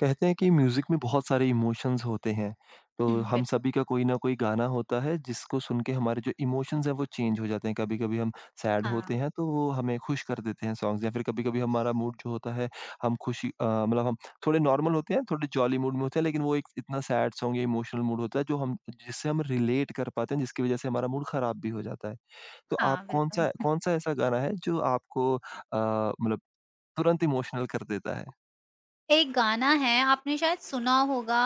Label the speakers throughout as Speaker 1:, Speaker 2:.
Speaker 1: कहते हैं कि म्यूजिक में बहुत सारे इमोशंस होते हैं। तो
Speaker 2: हुँ,
Speaker 1: हम
Speaker 2: बिल्कुल।
Speaker 1: सभी का कोई ना कोई गाना होता है जिसको सुन के हमारे जो इमोशंस हैं वो चेंज हो जाते हैं। कभी कभी हम सैड होते
Speaker 2: हाँ,
Speaker 1: हैं तो वो हमें खुश कर देते हैं सॉन्ग्स, या फिर कभी कभी हमारा मूड जो होता है, हम खुशी मतलब हम थोड़े नॉर्मल होते हैं, थोड़े जॉली मूड में होते हैं, लेकिन वो एक इतना सैड सॉन्ग या इमोशनल मूड होता है जो हम जिससे हम रिलेट कर पाते हैं, जिसकी वजह से हमारा मूड खराब भी हो जाता है। तो आप
Speaker 2: हाँ, बिल्कुल।
Speaker 1: कौन सा ऐसा गाना है जो आपको मतलब तुरंत इमोशनल कर देता है।
Speaker 2: एक गाना है आपने शायद सुना होगा।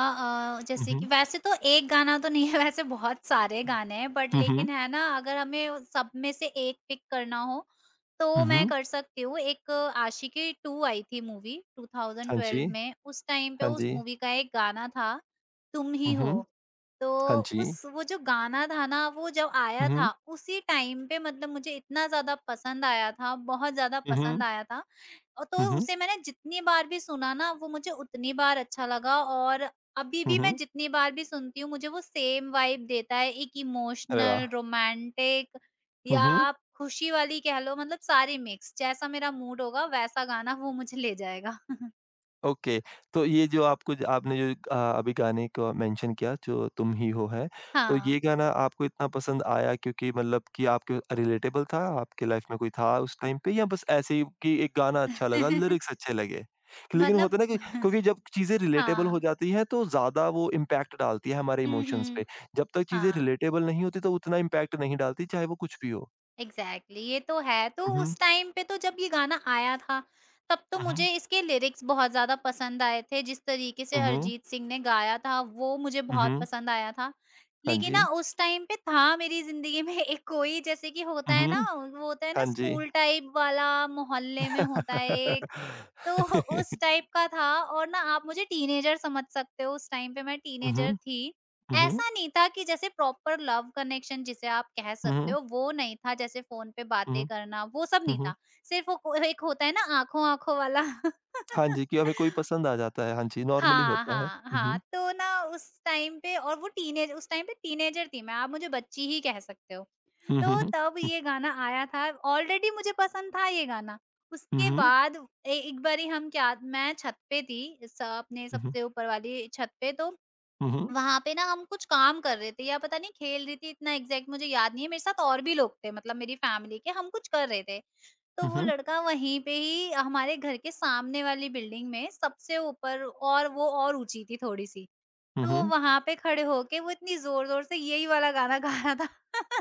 Speaker 2: जैसे
Speaker 1: हम्म।
Speaker 2: कि वैसे तो एक गाना तो नहीं है, वैसे बहुत सारे गाने हैं, बट
Speaker 1: हम्म।
Speaker 2: लेकिन है ना, अगर हमें उस सब में से एक पिक करना हो, तो मैं
Speaker 1: हम्म।
Speaker 2: कर सकती हूँ। एक आशिकी 2 आई थी मूवी
Speaker 1: हाँ जी,
Speaker 2: 2012 में, उस टाइम पे
Speaker 1: हाँ
Speaker 2: उस
Speaker 1: जी।
Speaker 2: मूवी का एक गाना था, तुम ही हो।
Speaker 1: उहुँ,
Speaker 2: तो
Speaker 1: हाँ
Speaker 2: उस
Speaker 1: जी।
Speaker 2: वो जो गाना था ना, वो जब आया
Speaker 1: उहुँ,
Speaker 2: था उसी टाइम पे मतलब मुझे इतना ज़्यादा पसंद आया था, बहुत ज़्यादा
Speaker 1: उहुँ,
Speaker 2: पसंद आया था। तो
Speaker 1: उहुँ,
Speaker 2: उसे मैंने जितनी बार भी सुना ना, वो मुझे उतनी बार अच्छा लगा। और अभी भी
Speaker 1: उहुँ।
Speaker 2: मैं जितनी बार भी सुनती हूँ, मुझे वो सेम वाइब देता है। एक
Speaker 1: अरे
Speaker 2: इमोशनल,
Speaker 1: वाह!
Speaker 2: रोमांटिक, या
Speaker 1: उहुँ,
Speaker 2: आप खुशी वाली कह लो, मतलब सारी मिक्स। जैसा मेरा मूड होगा वैसा गाना वो मुझे ले जाएगा।
Speaker 1: ओके। तो ये जो आपको ज आपने जो अभी गाने को मेंशन किया जो तुम ही हो है, तो ये
Speaker 2: हाँ।
Speaker 1: गाना आपको इतना पसंद आया क्योंकि मतलब कि आपके रिलेटेबल था, आपके लाइफ में कोई था उस टाइम पे, या बस ऐसे ही कि एक गाना अच्छा लगा, लिरिक्स अच्छे लगे? लेकिन
Speaker 2: मतलब
Speaker 1: होता है ना कि क्योंकि जब चीज़ें रिलेटेबल हो
Speaker 2: हाँ।
Speaker 1: जाती हैं तो ज़्यादा वो इम्पैक्ट डालती है हमारे
Speaker 2: हुँ,
Speaker 1: इमोशंस पे।
Speaker 2: हुँ।
Speaker 1: जब तक चीज़ें
Speaker 2: हाँ।
Speaker 1: रिलेटेबल नहीं होती तो उतना इम्पैक्ट नहीं डालती, चाहे वो कुछ भी हो।
Speaker 2: एग्जैक्टली exactly, ये तो है। तो
Speaker 1: हुँ, हुँ।
Speaker 2: उस टाइम पे तो जब ये गाना आया था, तब तो
Speaker 1: हुँ, हुँ।
Speaker 2: मुझे इसके लिरिक्स बहुत ज़्यादा पसंद आए थे। जिस तरीके से
Speaker 1: हुँ, हुँ।
Speaker 2: अरिजीत सिंह ने गाया था, वो मुझे
Speaker 1: हुँ,
Speaker 2: बहुत
Speaker 1: हुँ।
Speaker 2: पसंद आया था।
Speaker 1: हाँ
Speaker 2: लेकिन ना
Speaker 1: जी।
Speaker 2: उस टाइम पे था मेरी ज़िंदगी में एक कोई, जैसे कि होता
Speaker 1: हुँ,
Speaker 2: है ना,
Speaker 1: हुँ।
Speaker 2: वो होता है ना
Speaker 1: हाँ जी।
Speaker 2: स्कूल टाइप वाला, मोहल्ले में होता है एक, तो उस टाइप का था। और ना, आप मुझे टीनेजर समझ सकते हो, उस टाइम पे मैं
Speaker 1: हुँ, हुँ।
Speaker 2: टीनेजर थी।
Speaker 1: हुँ, हुँ।
Speaker 2: ऐसा नहीं था कि जैसे प्रॉपर लव कनेक्शन जिसे आप कह
Speaker 1: हुँ,
Speaker 2: सकते
Speaker 1: हुँ।
Speaker 2: हो वो नहीं था, जैसे फ़ोन पे
Speaker 1: हुँ,
Speaker 2: बातें
Speaker 1: हुँ।
Speaker 2: करना वो सब
Speaker 1: हुँ,
Speaker 2: नहीं
Speaker 1: हुँ।
Speaker 2: था। सिर्फ़ एक होता है ना आँखों-आँखों वाला।
Speaker 1: हाँ जी, कि हमें कोई पसंद आ जाता है। हाँ जी, नॉर्मली
Speaker 2: हाँ,
Speaker 1: होता है।
Speaker 2: हाँ,
Speaker 1: हुँ,
Speaker 2: हाँ,
Speaker 1: हुँ।
Speaker 2: तो ना, उस टाइम पे, और वो टीनेज उस टाइम पे टीनेजर थी मैं, आप मुझे बच्ची ही कह सकते हो।
Speaker 1: हुँ, हुँ,
Speaker 2: तो
Speaker 1: हुँ।
Speaker 2: तब ये गाना आया था, ऑलरेडी मुझे पसंद था ये गाना।
Speaker 1: हुँ,
Speaker 2: उसके
Speaker 1: हुँ।
Speaker 2: बाद ए एक बारी हम क्या मैं छत पे थी, स अपने
Speaker 1: हुँ, हुँ।
Speaker 2: सबसे ऊपर वाली छत पे, तो
Speaker 1: हुँ, हुँ।
Speaker 2: वहाँ पे ना हम कुछ काम कर रहे थे या पता नहीं खेल रही थी, इतना एग्ज़ैक्ट मुझे याद नहीं है। मेरे साथ और भी लोग थे, मतलब मेरी फैमिली के, हम कुछ कर रहे थे। तो
Speaker 1: हुँ,
Speaker 2: वो
Speaker 1: हुँ।
Speaker 2: लड़का वहीं पे ही हमारे घर के सामने वाली बिल्डिंग में, सबसे ऊपर, और वो और ऊँची थी थोड़ी-सी।
Speaker 1: हुँ,
Speaker 2: तो
Speaker 1: हुँ।
Speaker 2: वहाँ पे खड़े होके वो इतनी ज़ोर-ज़ोर से यही वाला गाना गा रहा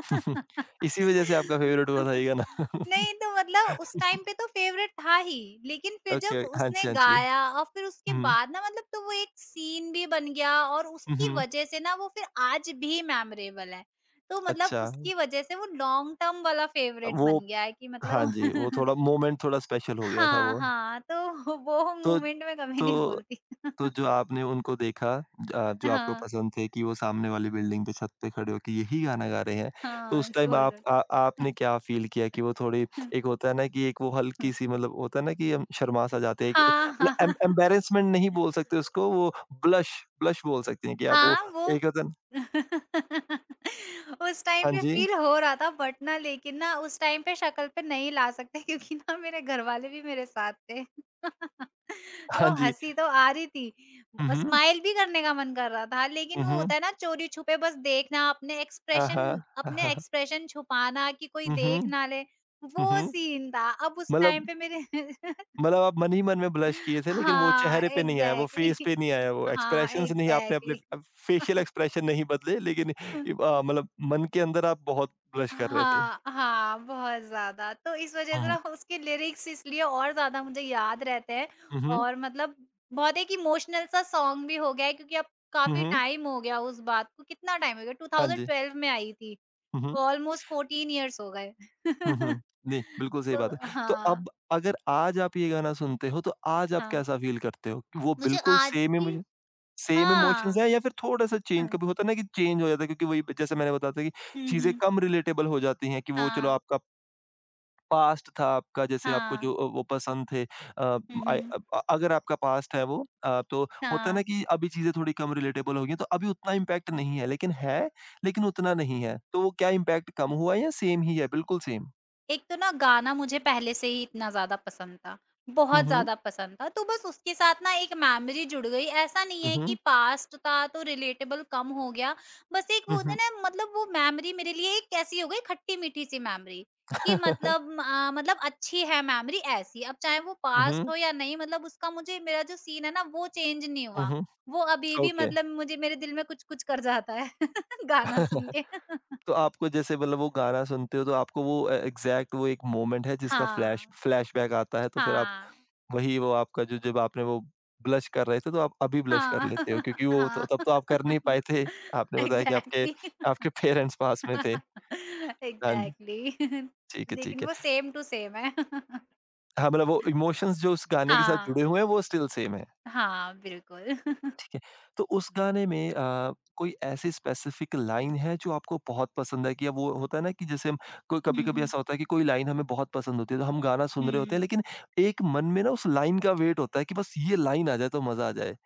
Speaker 1: इसी वज़ह से आपका फ़ेवरेट हुआ था ये गाना।
Speaker 2: नहीं तो मतलब उस टाइम पे तो फ़ेवरेट था ही, लेकिन फिर
Speaker 1: ओके,
Speaker 2: जब
Speaker 1: हाँ
Speaker 2: उसने
Speaker 1: जी, हाँ जी।
Speaker 2: गाया और फिर उसके
Speaker 1: हुँ,
Speaker 2: बाद ना, मतलब तो वो एक सीन भी बन गया, और
Speaker 1: हुँ,
Speaker 2: उसकी
Speaker 1: हुँ।
Speaker 2: वज़ह से ना वो फिर आज भी मेमोरेबल है। तो मतलब
Speaker 1: अच्छा,
Speaker 2: उसकी वज़ह से वो लॉन्ग टर्म वाला फ़ेवरेट
Speaker 1: वो
Speaker 2: बन गया है कि
Speaker 1: हाँ
Speaker 2: मतलब
Speaker 1: जी, वो थोड़ा मोमेंट थोड़ा स्पेशल हो गया था
Speaker 2: हाँ,
Speaker 1: वो।
Speaker 2: हाँ, तो वो
Speaker 1: तो
Speaker 2: मोमेंट मैं कभी नहीं
Speaker 1: तो
Speaker 2: भूलती।
Speaker 1: तो जो आपने उनको देखा जो आपको
Speaker 2: हाँ,
Speaker 1: पसंद थे कि वो सामने वाली बिल्डिंग पे छत पे खड़े होके यही गाना गा रहे हैं, तो
Speaker 2: हाँ,
Speaker 1: उस टाइम आप
Speaker 2: ज़ोरदार।
Speaker 1: आ आपने क्या फ़ील किया कि वो थोड़ी एक होता है ना कि एक वो हल्की-सी मतलब होता है ना कि हम शर्मा-सा जाते हैं एक
Speaker 2: हाँ,
Speaker 1: मतलब एम
Speaker 2: हाँ।
Speaker 1: एम्बैरेसमेंट नहीं बोल सकते उसको, वो ब्लश ब्लश बोल सकते हैं कि आप वो
Speaker 2: हाँ, वो
Speaker 1: एक होता है न।
Speaker 2: उस टाइम
Speaker 1: हाँ
Speaker 2: पे
Speaker 1: जी,
Speaker 2: फील हो रहा था, बट ना, लेकिन ना, उस टाइम पे शक्ल पे नहीं ला सकते क्योंकि ना मेरे घर वाले भी मेरे साथ थे।
Speaker 1: हाँ
Speaker 2: तो
Speaker 1: जी।
Speaker 2: हंसी तो आ रही थी,
Speaker 1: हुँ, हुँ।
Speaker 2: स्माइल भी करने का मन कर रहा था, लेकिन
Speaker 1: हुँ,
Speaker 2: वो
Speaker 1: हुँ।
Speaker 2: होता है ना चोरी छुपे बस देखना, अपने
Speaker 1: हाँ, हाँ।
Speaker 2: एक्सप्रेशन,
Speaker 1: हाँ, हाँ,
Speaker 2: अपने
Speaker 1: हाँ।
Speaker 2: एक्सप्रेशन छुपाना कि कोई
Speaker 1: हुँ, हुँ।
Speaker 2: देख ना ले,
Speaker 1: हुँ,
Speaker 2: वो
Speaker 1: हुँ।
Speaker 2: सीन था अब उस
Speaker 1: मतलब,
Speaker 2: टाइम पे मेरे।
Speaker 1: मतलब आप मन ही मन में ब्लश किए थे लेकिन वो
Speaker 2: हाँ
Speaker 1: चेहरे पे नहीं आया, वो फेस
Speaker 2: एग्जैक्टली,
Speaker 1: पे नहीं आया, वो
Speaker 2: हाँ
Speaker 1: एक्सप्रेशंस नहीं आपने अपने
Speaker 2: एग्जैक्टली।
Speaker 1: फेशियल एक्सप्रेशन नहीं बदले लेकिन इब मतलब मन के अंदर आप बहुत ब्लश कर रहे थे।
Speaker 2: हाँ, हाँ, बहुत ज़्यादा। तो इस वज़ह
Speaker 1: हुँ,
Speaker 2: से
Speaker 1: हुँ।
Speaker 2: ना उसके लिरिक्स इसलिए और ज़्यादा मुझे याद रहते हैं।
Speaker 1: हुँ, हुँ।
Speaker 2: और मतलब बहुत एक इमोशनल सा सॉन्ग भी हो गया है, क्योंकि अब
Speaker 1: हुँ,
Speaker 2: काफ़ी
Speaker 1: हुँ।
Speaker 2: टाइम हो गया उस बात को, कितना टाइम हो गया,
Speaker 1: हाँ जी।
Speaker 2: 2012 में आई थी।
Speaker 1: हुँ, हुँ।
Speaker 2: ऑलमोस्ट 14 इयर्स हो गए।
Speaker 1: हुँ, हुँ। जी, बिल्कुल सही बात है।
Speaker 2: तो
Speaker 1: तो
Speaker 2: हाँ,
Speaker 1: अब अगर आज आप ये गाना सुनते हो तो आज आप
Speaker 2: हाँ।
Speaker 1: कैसा फ़ील करते हो? कि वो
Speaker 2: मुझे
Speaker 1: बिल्कुल
Speaker 2: आज
Speaker 1: सेम
Speaker 2: भी,
Speaker 1: इमोशन, सेम इमोशंस
Speaker 2: हाँ,
Speaker 1: हैं या फिर थोड़ा-सा चेंज
Speaker 2: हुँ।
Speaker 1: कभी होता है ना कि चेंज हो जाता है क्योंकि वही जैसे मैंने बताया था कि
Speaker 2: हुँ,
Speaker 1: चीज़ें
Speaker 2: हुँ।
Speaker 1: कम रिलेटेबल हो जाती हैं कि वो चलो
Speaker 2: हाँ,
Speaker 1: आपका पास्ट था आपका जैसे आपको
Speaker 2: हाँ।
Speaker 1: जो वो पसंद थे
Speaker 2: हुँ,
Speaker 1: आय
Speaker 2: हुँ।
Speaker 1: अगर आपका पास्ट है वो तो होता है ना
Speaker 2: हाँ।
Speaker 1: कि अभी चीज़ें थोड़ी कम रिलेटेबल हो गई हैं, तो अभी उतना इम्पैक्ट नहीं है, लेकिन है, लेकिन उतना नहीं है। तो वो क्या इम्पैक्ट कम हुआ है या सेम ही है, बिल्कुल सेम?
Speaker 2: एक तो ना गाना मुझे पहले से ही इतना ज़्यादा पसंद था,
Speaker 1: हुँ,
Speaker 2: बहुत
Speaker 1: हुँ।
Speaker 2: ज़्यादा पसंद था, तो बस उसके साथ ना एक मेमोरी जुड़ गई। ऐसा नहीं
Speaker 1: हुँ,
Speaker 2: है कि
Speaker 1: हुँ।
Speaker 2: पास्ट था तो रिलेटेबल कम हो गया, बस एक वो
Speaker 1: हुँ,
Speaker 2: होता
Speaker 1: हुँ।
Speaker 2: है ना, मतलब वो मेमोरी मेरे लिए एक ऐसी हो गई, खट्टी-मीठी सी मेमोरी, कि मतलब मतलब अच्छी है मेमोरी ऐसी। अब चाहे वो
Speaker 1: हुँ,
Speaker 2: पास्ट
Speaker 1: हुँ।
Speaker 2: हो या नहीं, मतलब उसका, मुझे मेरा जो सीन है ना, वो चेंज नहीं
Speaker 1: हुँ,
Speaker 2: हुआ।
Speaker 1: हुँ।
Speaker 2: वो अभी भी
Speaker 1: ओके।
Speaker 2: मतलब मुझे मेरे दिल में कुछ-कुछ कर जाता है गाना सुन के।
Speaker 1: तो आपको जैसे मतलब वो गाना सुनते हो तो आपको वो ए एग्ज़ैक्ट वो एक मोमेंट है जिसका फ्लैश
Speaker 2: हाँ,
Speaker 1: फ्लैशबैक आता है, तो फिर आप
Speaker 2: हाँ।
Speaker 1: वही वो आपका जो जब आपने वो ब्लश कर रहे थे, तो आप अभी ब्लश कर
Speaker 2: हाँ,
Speaker 1: लेते हो क्योंकि वो तो
Speaker 2: हाँ।
Speaker 1: तब तो आप कर नहीं पाए थे। आपने बताया कि आपके
Speaker 2: एग्ज़ैक्टली,
Speaker 1: आपके पेरेंट्स पास में थे। हाँ जी,
Speaker 2: एग्ज़ैक्टली।
Speaker 1: ठीक है, ठीक
Speaker 2: लेकिन
Speaker 1: है।
Speaker 2: वो सेम टू सेम है।
Speaker 1: हाँ, मतलब वो इमोशंस जो उस गाने के साथ
Speaker 2: हाँ,
Speaker 1: जुड़े हुए हैं, वो स्टिल सेम है,
Speaker 2: हाँ, बिल्कुल।
Speaker 1: ठीक है। तो उस गाने में कोई ऐसी स्पेसिफिक लाइन है जो आपको बहुत पसंद है कि अब वो होता है ना कि जैसे हम कोई
Speaker 2: हुँ,
Speaker 1: कभी-कभी
Speaker 2: हुँ।
Speaker 1: ऐसा होता है कि कोई लाइन हमें बहुत पसंद होती है, तो हम गाना सुन रहे होते हैं,
Speaker 2: हुँ।
Speaker 1: लेकिन एक मन में ना उस लाइन का वेट होता है कि बस ये लाइन आ जाए तो मज़ा आ जाए।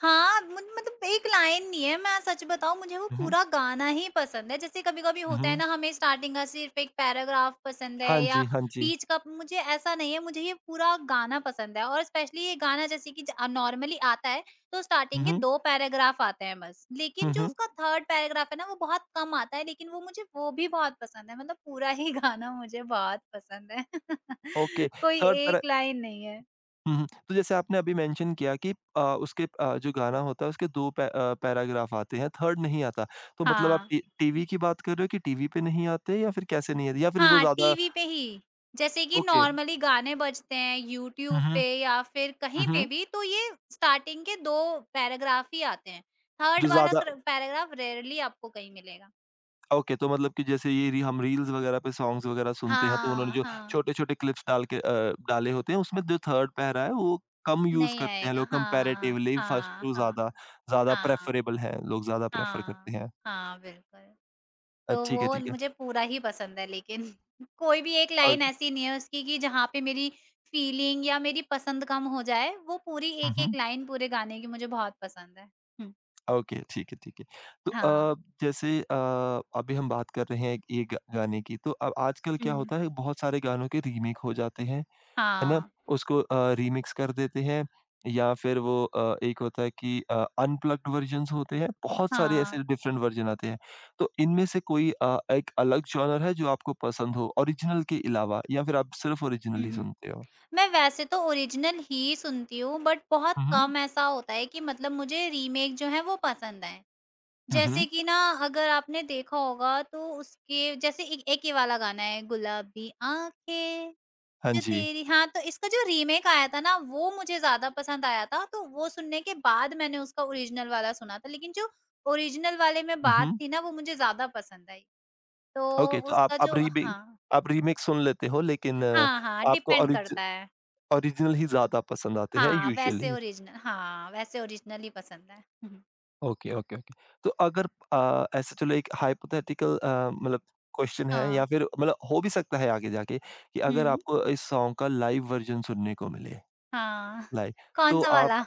Speaker 2: हाँ, मुझ मतलब एक लाइन नहीं है, मैं सच बताऊँ मुझे वो
Speaker 1: हुँ, हुँ।
Speaker 2: पूरा गाना ही पसंद है। जैसे कभी-कभी
Speaker 1: हुँ,
Speaker 2: होता है
Speaker 1: हुँ।
Speaker 2: ना, हमें स्टार्टिंग का सिर्फ़ एक पैराग्राफ पसंद है
Speaker 1: हाँ
Speaker 2: या
Speaker 1: जी, हाँ जी।
Speaker 2: बीच का, मुझे ऐसा नहीं है, मुझे ये पूरा गाना पसंद है। और स्पेशली ये गाना, जैसे कि नॉर्मली आता है तो
Speaker 1: हुँ,
Speaker 2: स्टार्टिंग के
Speaker 1: हुँ।
Speaker 2: 2 पैराग्राफ आते हैं बस। लेकिन
Speaker 1: हुँ,
Speaker 2: जो
Speaker 1: हुँ।
Speaker 2: उसका 3rd पैराग्राफ है ना, वो बहुत कम आता है, लेकिन वो मुझे, वो भी बहुत पसंद है। मतलब पूरा ही गाना मुझे बहुत पसंद है।
Speaker 1: ओके,
Speaker 2: कोई
Speaker 1: थर्ड पैरा।
Speaker 2: एक लाइन नहीं है।
Speaker 1: हुँ, हुँ। तो जैसे आपने अभी मेंशन किया कि उसके जो गाना होता है उसके 2 पै पैराग्राफ आते हैं, थर्ड नहीं आता। तो मतलब आप
Speaker 2: हाँ।
Speaker 1: टी टीवी की बात कर रहे हो कि टीवी पे नहीं आते या फिर कैसे नहीं आते? या फिर वो
Speaker 2: हाँ,
Speaker 1: ज़्यादा
Speaker 2: टीवी पे ही। जैसे कि
Speaker 1: ओके।
Speaker 2: नॉर्मली गाने बजते हैं
Speaker 1: हुँ,
Speaker 2: यूट्यूब
Speaker 1: हुँ।
Speaker 2: पे या फिर
Speaker 1: हुँ,
Speaker 2: कहीं पे
Speaker 1: हुँ।
Speaker 2: भी, तो ये स्टार्टिंग के 2 पैराग्राफ ही आते हैं। थर्ड
Speaker 1: जो
Speaker 2: वाला
Speaker 1: ज़्यादा
Speaker 2: क्र पैराग्राफ रेयरली आपको कहीं मिलेगा।
Speaker 1: ओके, तो मतलब कि जैसे ये री हम रील्स वगैरह पे सॉन्ग्स वगैरह सुनते हैं, तो उन्होंने
Speaker 2: हाँ,
Speaker 1: जो
Speaker 2: हाँ।
Speaker 1: छोटे-छोटे क्लिप्स डाल के डाले होते हैं, उसमें जो 3rd पैरा है, वो कम यूज़
Speaker 2: नहीं
Speaker 1: करते हैं
Speaker 2: आएगा।
Speaker 1: लोग
Speaker 2: हाँ,
Speaker 1: कंपैरेटिवली, फर्स्ट
Speaker 2: हाँ,
Speaker 1: टू
Speaker 2: हाँ,
Speaker 1: ज़्यादा ज़्यादा
Speaker 2: हाँ,
Speaker 1: प्रेफरेबल है, लोग ज़्यादा प्रेफ़र करते
Speaker 2: हाँ,
Speaker 1: हैं।
Speaker 2: हाँ, बिल्कुल। तो
Speaker 1: ठीक है,
Speaker 2: वो
Speaker 1: ठीक है।
Speaker 2: मुझे पूरा ही पसंद है लेकिन कोई भी एक
Speaker 1: और
Speaker 2: लाइन ऐसी नहीं है उसकी कि जहाँ पे मेरी फीलिंग या मेरी पसंद कम हो जाए, वो पूरी
Speaker 1: हुँ, हुँ।
Speaker 2: एक-एक लाइन पूरे गाने की मुझे बहुत पसंद है। हुँ।
Speaker 1: ओके, ठीक है, ठीक है। तो
Speaker 2: हाँ।
Speaker 1: जैसे अभी हम बात कर रहे हैं एक- ये ग गाने की, तो अब आजकल क्या
Speaker 2: हुँ।
Speaker 1: होता है, बहुत सारे गानों के रीमेक हो जाते हैं। है ना?
Speaker 2: हाँ,
Speaker 1: उसको रीमिक्स कर देते हैं या फिर वो एक होता है कि अनप्लग्ड वर्जन्स होते हैं, बहुत सारे ऐसे
Speaker 2: हाँ।
Speaker 1: डिफरेंट वर्जन आते हैं। तो इनमें से कोई एक अलग जॉनर है जो आपको पसंद हो ओरिजिनल के अलावा या फिर आप सिर्फ़ ओरिजिनल
Speaker 2: हुँ,
Speaker 1: ही
Speaker 2: हुँ।
Speaker 1: सुनते हो?
Speaker 2: मैं वैसे तो ओरिजिनल ही सुनती हूँ, बट बहुत
Speaker 1: हुँ, हुँ।
Speaker 2: कम ऐसा होता है कि मतलब मुझे रीमेक जो है वो पसंद आएँ।
Speaker 1: हुँ,
Speaker 2: जैसे
Speaker 1: हुँ।
Speaker 2: कि ना, अगर आपने देखा होगा, तो उसके जैसे एक, एक ये वाला गाना है, गुलाबी आंखें
Speaker 1: हाँ
Speaker 2: जो
Speaker 1: जी।
Speaker 2: तेरी, हाँ, तो इसका जो रीमेक आया था ना, वो मुझे ज्यादा पसंद आया था। तो वो सुनने के बाद मैंने उसका ओरिजिनल वाला सुना था, लेकिन जो ओरिजिनल वाले में
Speaker 1: हुँ,
Speaker 2: बात
Speaker 1: हुँ।
Speaker 2: थी ना, वो मुझे ज्यादा पसंद आई। तो
Speaker 1: ओके, तो
Speaker 2: उसका
Speaker 1: आप
Speaker 2: जो,
Speaker 1: रीबी
Speaker 2: हाँ,
Speaker 1: आप रीमिक्स सुन लेते हो लेकिन
Speaker 2: हाँ, हाँ,
Speaker 1: आपको
Speaker 2: डिपेंड
Speaker 1: ओरिजि
Speaker 2: करता है।
Speaker 1: ओरिजिनल ही ज़्यादा पसंद आते हैं
Speaker 2: हाँ वैसे
Speaker 1: यूजुअली।
Speaker 2: ओरिजिनल हाँ वैसे ओरिजिनल ही पसंद है।
Speaker 1: Okay, okay, okay. तो अगर ऐसे चलो एक हाइपोथेटिकल मतलब क्वेश्चन है या
Speaker 2: हाँ,
Speaker 1: फिर मतलब हो भी सकता है आगे जाके कि अगर
Speaker 2: हम्म,
Speaker 1: आपको इस सॉन्ग का लाइव वर्ज़न सुनने को मिले,
Speaker 2: हाँ,
Speaker 1: लाइव,
Speaker 2: कौन
Speaker 1: तो
Speaker 2: सा
Speaker 1: आप
Speaker 2: वाला,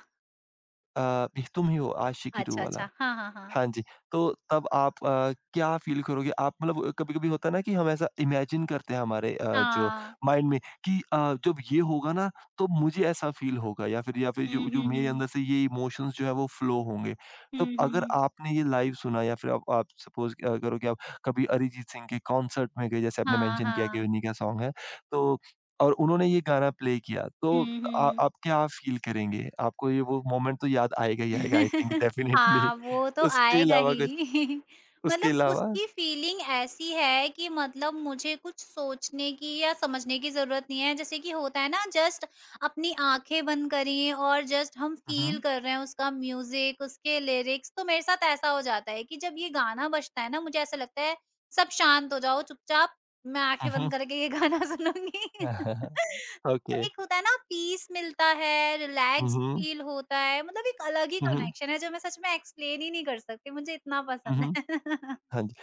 Speaker 1: अ, भी तुम ही हो आशिकी 2
Speaker 2: अच्छा,
Speaker 1: वाला।
Speaker 2: अच्छा, हाँ, हाँ, हाँ,
Speaker 1: हाँ जी, तो तब आप क्या फ़ील करोगे? आप मतलब कभी-कभी होता है ना कि हम ऐसा इमेजिन करते हैं हमारे जो
Speaker 2: हाँ।
Speaker 1: माइंड में कि जब ये होगा ना तो मुझे ऐसा फ़ील होगा या फिर
Speaker 2: हुँ,
Speaker 1: जो जो
Speaker 2: हुँ,
Speaker 1: मेरे
Speaker 2: हुँ।
Speaker 1: अंदर से ये इमोशंस जो है वो फ़्लो होंगे। तो
Speaker 2: हुँ, हुँ,
Speaker 1: अगर
Speaker 2: हुँ।
Speaker 1: आपने ये लाइव सुना या फिर आप सपोज़ करो कि आप कभी अरिजीत सिंह के कॉन्सर्ट में गए जैसे आपने
Speaker 2: हाँ,
Speaker 1: मेंशन किया कि
Speaker 2: हाँ।
Speaker 1: उन्हीं का सॉन्ग है, तो और उन्होंने ये गाना प्ले किया तो
Speaker 2: हुँ,
Speaker 1: आ
Speaker 2: हुँ।
Speaker 1: आप क्या फ़ील करेंगे? आपको ये वो मोमेंट तो याद आएगा ही आएगा, आई थिंक डेफिनिटली।
Speaker 2: हाँ, वो तो
Speaker 1: उसके
Speaker 2: आएगा
Speaker 1: अलावा
Speaker 2: ही।
Speaker 1: कुछ उसके
Speaker 2: मतलब
Speaker 1: अलावा?
Speaker 2: उसकी फीलिंग ऐसी है कि मतलब मुझे कुछ सोचने की या समझने की ज़रूरत नहीं है। जैसे कि होता है ना जस्ट, अपनी आँखें बंद करिए और जस्ट हम फ़ील
Speaker 1: हुँ,
Speaker 2: कर रहे हैं उसका म्यूज़िक, उसके लिरिक्स। तो मेरे साथ ऐसा हो जाता है कि जब ये गाना बजता है ना, मुझे ऐसा लगता है सब शांत हो जाओ, चुपचाप, मैं
Speaker 1: हुँ,
Speaker 2: आँखें
Speaker 1: हुँ।
Speaker 2: बंद करके ये गाना सुनूँगी।
Speaker 1: ओके।
Speaker 2: एक होता है ना, पीस मिलता है,
Speaker 1: हुँ,
Speaker 2: रिलैक्स्ड
Speaker 1: हुँ।
Speaker 2: फील होता है, मतलब एक अलग ही
Speaker 1: हुँ, हुँ।
Speaker 2: कनेक्शन है जो मैं सच में एक्सप्लेन ही नहीं कर सकती, मुझे इतना
Speaker 1: हुँ,
Speaker 2: पसंद
Speaker 1: हुँ।
Speaker 2: है।
Speaker 1: हाँ जी,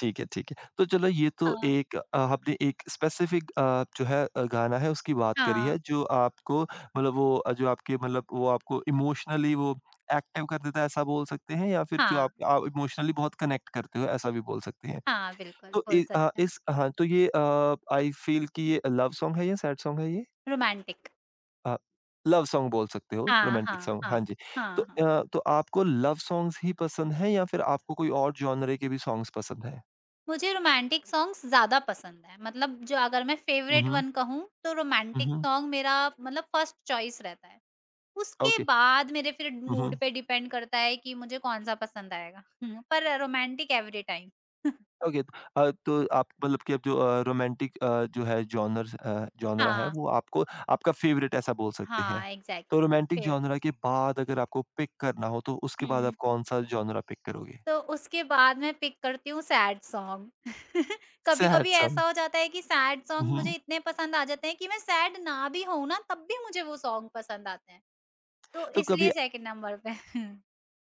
Speaker 1: ठीक है, ठीक है। तो चलो ये तो
Speaker 2: हाँ,
Speaker 1: एक आपने एक स्पेसिफिक जो है गाना है उसकी बात करी
Speaker 2: हाँ,
Speaker 1: है जो आपको मतलब वो जो आपके मतलब वो आपको इमोशनली वो एक्टिव कर देता है ऐसा बोल सकते हैं या फिर जो
Speaker 2: हाँ,
Speaker 1: आप इमोशनली बहुत कनेक्ट करते हो ऐसा भी बोल सकते हैं।
Speaker 2: हाँ, बिल्कुल,
Speaker 1: तो
Speaker 2: बोल
Speaker 1: इ
Speaker 2: सकते हैं।
Speaker 1: इस हाँ, तो ये आई फील कि ये लव सॉन्ग है या सैड सॉन्ग है ये?
Speaker 2: रोमांटिक।
Speaker 1: अ, लव सॉन्ग बोल सकते हो,
Speaker 2: हाँ,
Speaker 1: रोमांटिक
Speaker 2: हाँ,
Speaker 1: सॉन्ग, हाँ
Speaker 2: हाँ,
Speaker 1: जी। तो
Speaker 2: हाँ, हाँ।
Speaker 1: तो आपको लव सॉन्ग्स ही पसंद हैं या फिर आपको कोई और जॉनरे के भी सॉन्ग्स पसंद हैं?
Speaker 2: मुझे रोमांटिक सॉन्ग्स ज़्यादा पसंद हैं, मतलब जो, अगर मैं
Speaker 1: हुँ,
Speaker 2: फेवरेट
Speaker 1: हुँ।
Speaker 2: वन कहूँ, तो
Speaker 1: हुँ,
Speaker 2: रोमांटिक
Speaker 1: हुँ।
Speaker 2: सॉन्ग मेरा मतलब फर्स्ट चॉइस रहता है। उसके
Speaker 1: ओके।
Speaker 2: बाद मेरे फिर
Speaker 1: हुँ,
Speaker 2: मूड
Speaker 1: हुँ।
Speaker 2: पे डिपेंड करता है कि मुझे कौन-सा पसंद आएगा। हुँ, पर रोमांटिक एवरी टाइम।
Speaker 1: ओके तो आप मतलब कि अब जो रोमांटिक जो है जॉनर्स जॉनरा है
Speaker 2: हाँ,
Speaker 1: वो आपको आपका फ़ेवरेट ऐसा बोल सकते हैं।
Speaker 2: हाँ,
Speaker 1: तो
Speaker 2: एग्ज़ैक्टली
Speaker 1: रोमांटिक
Speaker 2: फेवरेट।
Speaker 1: जॉनरा के बाद अगर आपको पिक करना हो तो उसके बाद आप
Speaker 2: हुँ।
Speaker 1: कौन-सा जॉनरा पिक करोगे?
Speaker 2: तो उसके बाद मैं पिक करती हूँ सैड सॉन्ग।
Speaker 1: सैड
Speaker 2: कभी-कभी
Speaker 1: सॉन्ग।
Speaker 2: ऐसा हो जाता है कि सैड
Speaker 1: हुँ,
Speaker 2: सॉन्ग
Speaker 1: हुँ।
Speaker 2: मुझे इतने पसंद आ जाते हैं कि मैं सैड ना भी होऊँ ना, तब भी मुझे वो सॉन्ग पसंद आते हैं। तो
Speaker 1: तो कभी
Speaker 2: इसलिए सेकंड नंबर पे।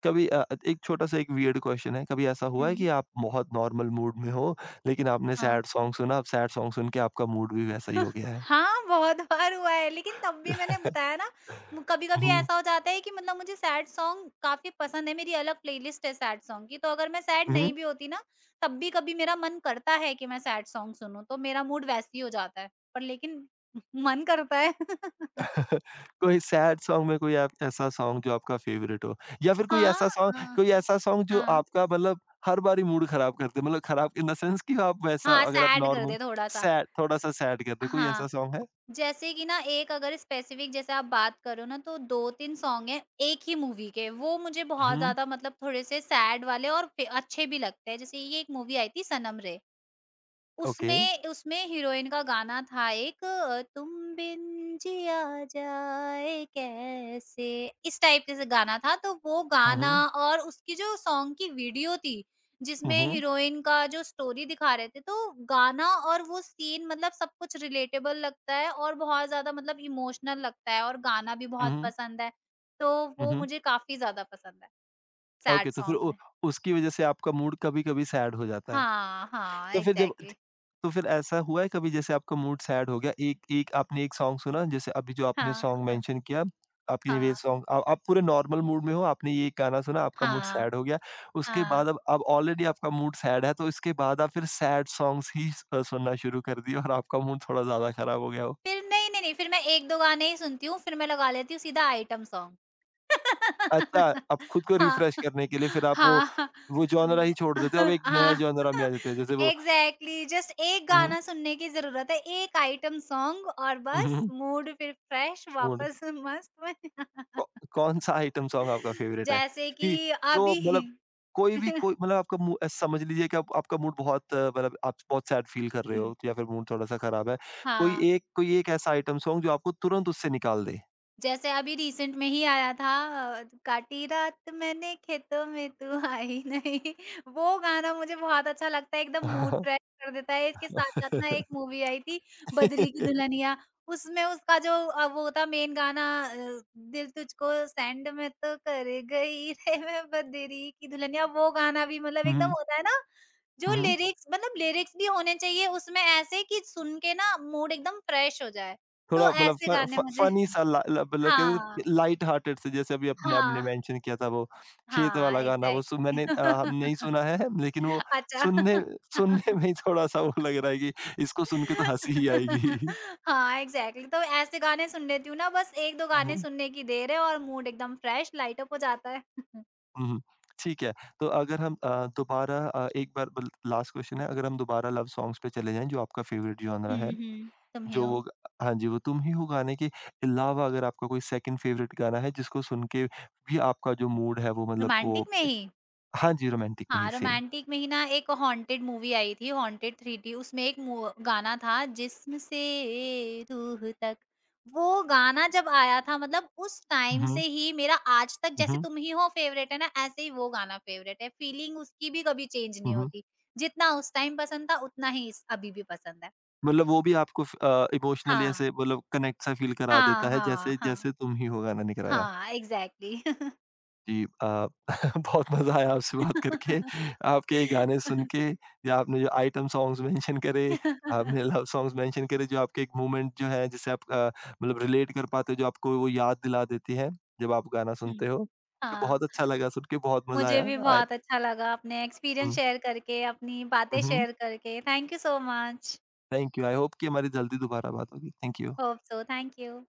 Speaker 1: कभी एक छोटा-सा एक वियर्ड क्वेश्चन है, कभी ऐसा हुआ है कि
Speaker 2: हुँ।
Speaker 1: आप बहुत नॉर्मल मूड में हो, लेकिन आपने
Speaker 2: हाँ।
Speaker 1: सैड सॉन्ग सुना, अब सैड सॉन्ग सुन के आपका मूड भी वैसा ही हो गया है?
Speaker 2: हाँ, बहुत बार हुआ है, लेकिन तब भी मैंने बताया ना, म कभी-कभी
Speaker 1: हुँ,
Speaker 2: ऐसा हो जाता है कि मतलब मुझे सैड सॉन्ग काफ़ी पसंद है, मेरी अलग प्लेलिस्ट है सैड सॉन्ग की, तो अगर मैं सैड
Speaker 1: हुँ।
Speaker 2: नहीं भी होती ना, तब भी कभी मेरा मन करता है कि मैं सैड सॉन्ग सुनूँ, तो मेरा मूड वैसे ही हो जाता है, पर लेकिन मन करता है।
Speaker 1: कोई सैड सॉन्ग में कोई आप ऐसा सॉन्ग जो आपका फेवरेट हो या फिर
Speaker 2: हाँ, अ,
Speaker 1: कोई ऐसा सॉन्ग जो
Speaker 2: हाँ।
Speaker 1: आपका मतलब हर बार ही मूड खराब कर दे, मतलब खराब इन द सेंस कि आप वैसा
Speaker 2: हाँ,
Speaker 1: अगर आप
Speaker 2: सैड कर
Speaker 1: नॉर्मल
Speaker 2: दे थोड़ा-सा।
Speaker 1: सैड थोड़ा-सा सैड कर दे, कोई
Speaker 2: हाँ।
Speaker 1: ऐसा सॉन्ग है?
Speaker 2: जैसे कि ना, एक, अगर स्पेसिफिक जैसे आप बात करो ना, तो 2-3 सॉन्ग हैं एक ही मूवी के, वो मुझे बहुत
Speaker 1: हुँ,
Speaker 2: ज़्यादा, मतलब थोड़े से सैड वाले और फे अच्छे भी लगते हैं। जैसे ये एक मूवी आई थी सनम रे,
Speaker 1: ओके।
Speaker 2: उसमें, उसमें हीरोइन का गाना था एक, तुम बिन जिया जाए कैसे, इस टाइप के से गाना था, तो वो
Speaker 1: हुँ,
Speaker 2: गाना,
Speaker 1: हुँ।
Speaker 2: और उसकी जो सॉन्ग की वीडियो थी
Speaker 1: हुँ,
Speaker 2: जिसमें
Speaker 1: हुँ।
Speaker 2: हीरोइन का जो स्टोरी दिखा रहे थे, तो गाना और वो सीन, मतलब सब कुछ रिलेटेबल लगता है और बहुत ज्यादा मतलब इमोशनल लगता है, और गाना भी
Speaker 1: हुँ,
Speaker 2: बहुत
Speaker 1: हुँ।
Speaker 2: पसंद है, तो
Speaker 1: हुँ,
Speaker 2: वो
Speaker 1: हुँ।
Speaker 2: मुझे काफी ज्यादा पसंद है सैड
Speaker 1: ओके, तो फिर
Speaker 2: सॉन्ग
Speaker 1: उ
Speaker 2: में।
Speaker 1: उसकी वज़ह से आपका मूड कभी-कभी सैड हो जाता है।
Speaker 2: हाँ, हाँ,
Speaker 1: तो फिर जब
Speaker 2: एग्जैक्टली,
Speaker 1: तो फिर ऐसा हुआ है कभी जैसे आपका मूड सैड हो गया, एक एक आपने एक सॉन्ग सुना जैसे अभी जो आपने
Speaker 2: हाँ,
Speaker 1: सॉन्ग
Speaker 2: हाँ,
Speaker 1: मेंशन किया, आपने वे सॉन्ग आप पूरे नॉर्मल मूड में हो, आपने ये गाना सुना, आपका मूड
Speaker 2: हाँ,
Speaker 1: सैड हो गया। उसके
Speaker 2: हाँ।
Speaker 1: बाद अब ऑलरेडी आपका मूड सैड है, तो इसके बाद आप फिर सैड सॉन्ग्स ही सुनना शुरू कर दिए और आपका मूड थोड़ा ज़्यादा खराब हो गया हो।
Speaker 2: फिर नहीं, नहीं, नहीं, फिर मैं 1-2 गाने ही सुनती हूँ, फिर मैं लगा लेती हूँ सीधा आइटम सॉन्ग।
Speaker 1: अच्छा, अब खुद को
Speaker 2: हाँ,
Speaker 1: रिफ्रेश करने के लिए फिर आप वो
Speaker 2: हाँ,
Speaker 1: जॉनरा ही छोड़ देते हो, अब एक नया
Speaker 2: हाँ,
Speaker 1: जॉनरा में आ जाते हो, जैसे वो
Speaker 2: एग्ज़ैक्टली, जस्ट 1
Speaker 1: हुँ,
Speaker 2: गाना सुनने की ज़रूरत है, 1 आइटम सॉन्ग, और
Speaker 1: हुँ, हुँ, हुँ,
Speaker 2: बस
Speaker 1: हुँ,
Speaker 2: मूड फिर फ्रेश,
Speaker 1: मूड,
Speaker 2: वापस मस्त में।
Speaker 1: कौ कौन-सा आइटम सॉन्ग आपका फ़ेवरेट है?
Speaker 2: जैसे
Speaker 1: कि
Speaker 2: कि
Speaker 1: जो
Speaker 2: अभी
Speaker 1: मतलब कोई भी कोई मतलब आपका मू समझ लीजिए कि आप आपका मूड बहुत मतलब आप बहुत सैड फ़ील कर रहे
Speaker 2: हुँ,
Speaker 1: हो या फिर मूड थोड़ा-सा ख़राब है।
Speaker 2: हाँ।
Speaker 1: कोई एक ऐसा आइटम सॉन्ग जो आपको तुरंत उससे निकाल दे?
Speaker 2: जैसे अभी रिसेंट में ही आया था, काटी रात मैंने खेतों में तू आई नहीं, वो गाना मुझे बहुत अच्छा लगता है, एकदम मूड फ्रेश कर देता है। इसके साथ-साथ ना एक
Speaker 1: हुँ,
Speaker 2: मूवी आई थी, बद्री की दुल्हनिया, उसमें उसका जो वो था मेन गाना, दिल तुझको सैंड में तो कर गई रे मैं बद्री की दुल्हनिया, वो गाना भी मतलब एकदम
Speaker 1: हुँ।
Speaker 2: होता है ना, जो
Speaker 1: हुँ, हुँ।
Speaker 2: लिरिक्स, मतलब लिरिक्स भी होने चाहिए उसमें ऐसे कि सुन के ना मूड एकदम फ्रेश हो जाए। तो
Speaker 1: थोड़ा मतलब
Speaker 2: ऐसे
Speaker 1: फ
Speaker 2: गाने
Speaker 1: फ
Speaker 2: मुझे,
Speaker 1: फनी सा ला ला मतलब
Speaker 2: हाँ।
Speaker 1: कहते लाइट हार्टेड से, जैसे अभी अपने आपने
Speaker 2: हाँ,
Speaker 1: मेंशन किया था वो खेत
Speaker 2: हाँ,
Speaker 1: वाला गाना, वो सु
Speaker 2: एग्ज़ैक्टली।
Speaker 1: मैंने हम नहीं सुना है लेकिन वो
Speaker 2: अच्छा।
Speaker 1: सुनने सुनने में ही थोड़ा-सा वो लग रहा है कि इसको सुन के तो हँसी ही आएगी।
Speaker 2: हाँ, एग्ज़ैक्टली, तो ऐसे गाने सुन लेती हूँ ना, बस 1-2 गाने
Speaker 1: हुँ,
Speaker 2: सुनने की देर है और मूड एकदम फ्रेश, लाइट अप हो जाता है।
Speaker 1: हुँ, ठीक है। तो अगर हम दोबारा एक बार बल लास्ट क्वेश्चन है, अगर हम दोबारा लव सॉन्ग्स पे चले जाएँ जो आपका फेवरेट जॉनरा
Speaker 2: हुँ,
Speaker 1: है,
Speaker 2: हुँ। तुम ही
Speaker 1: जो
Speaker 2: हो,
Speaker 1: वो हाँ जी, वो तुम ही हो गाने के अलावा अगर आपका कोई सेकंड फेवरेट गाना है जिसको सुन के भी आपका जो मूड है वो मतलब वो
Speaker 2: रोमांटिक में ही?
Speaker 1: हाँ जी, रोमांटिक में ही
Speaker 2: हाँ,
Speaker 1: सेम।
Speaker 2: रोमांटिक में ही ना, एक हॉन्टेड मूवी आई थी, हॉन्टेड 3D, उसमें एक मू गाना था, जिस्म से रूह तक, वो गाना जब आया था, मतलब उस टाइम
Speaker 1: हुँ,
Speaker 2: से ही मेरा आज तक, जैसे
Speaker 1: हुँ,
Speaker 2: तुम ही हो फ़ेवरेट है ना, ऐसे ही वो गाना फ़ेवरेट है, फीलिंग उसकी भी कभी चेंज नहीं
Speaker 1: हुँ।
Speaker 2: होती, जितना उस टाइम पसंद था उतना ही इस अभी भी पसंद है।
Speaker 1: मतलब वो भी आपको फ इमोशनली
Speaker 2: हाँ,
Speaker 1: ऐसे मतलब कनेक्ट सा फील करा देता
Speaker 2: हाँ,
Speaker 1: है
Speaker 2: हाँ,
Speaker 1: जैसे
Speaker 2: हाँ,
Speaker 1: जैसे तुम ही हो गाना ने कराया।
Speaker 2: हाँ, एग्ज़ैक्टली।
Speaker 1: जी बहुत मज़ा आया आपसे बात करके, आपके ये गाने सुन
Speaker 2: हुँ,
Speaker 1: के या आपने जो आइटम सॉन्ग्स मेंशन करे, आपने लव सॉन्ग्स मेंशन करे जो आपके एक मोमेंट जो है जिससे आप मतलब रिलेट कर पाते हो, जो आपको वो याद दिला देती है जब आप गाना सुनते हो। तो
Speaker 2: हाँ।
Speaker 1: बहुत अच्छा लगा सुन के, बहुत मज़ा
Speaker 2: मुझे
Speaker 1: आया।
Speaker 2: भी
Speaker 1: आय
Speaker 2: बहुत अच्छा लगा अपने
Speaker 1: हुँ,
Speaker 2: एक्सपीरियंस शेयर करके, अपनी बातें
Speaker 1: हुँ,
Speaker 2: शेयर करके। Thank you so much.
Speaker 1: Thank you. I hope कि हमारी जल्दी दोबारा बात होगी। Thank you.
Speaker 2: Hope so, thank you.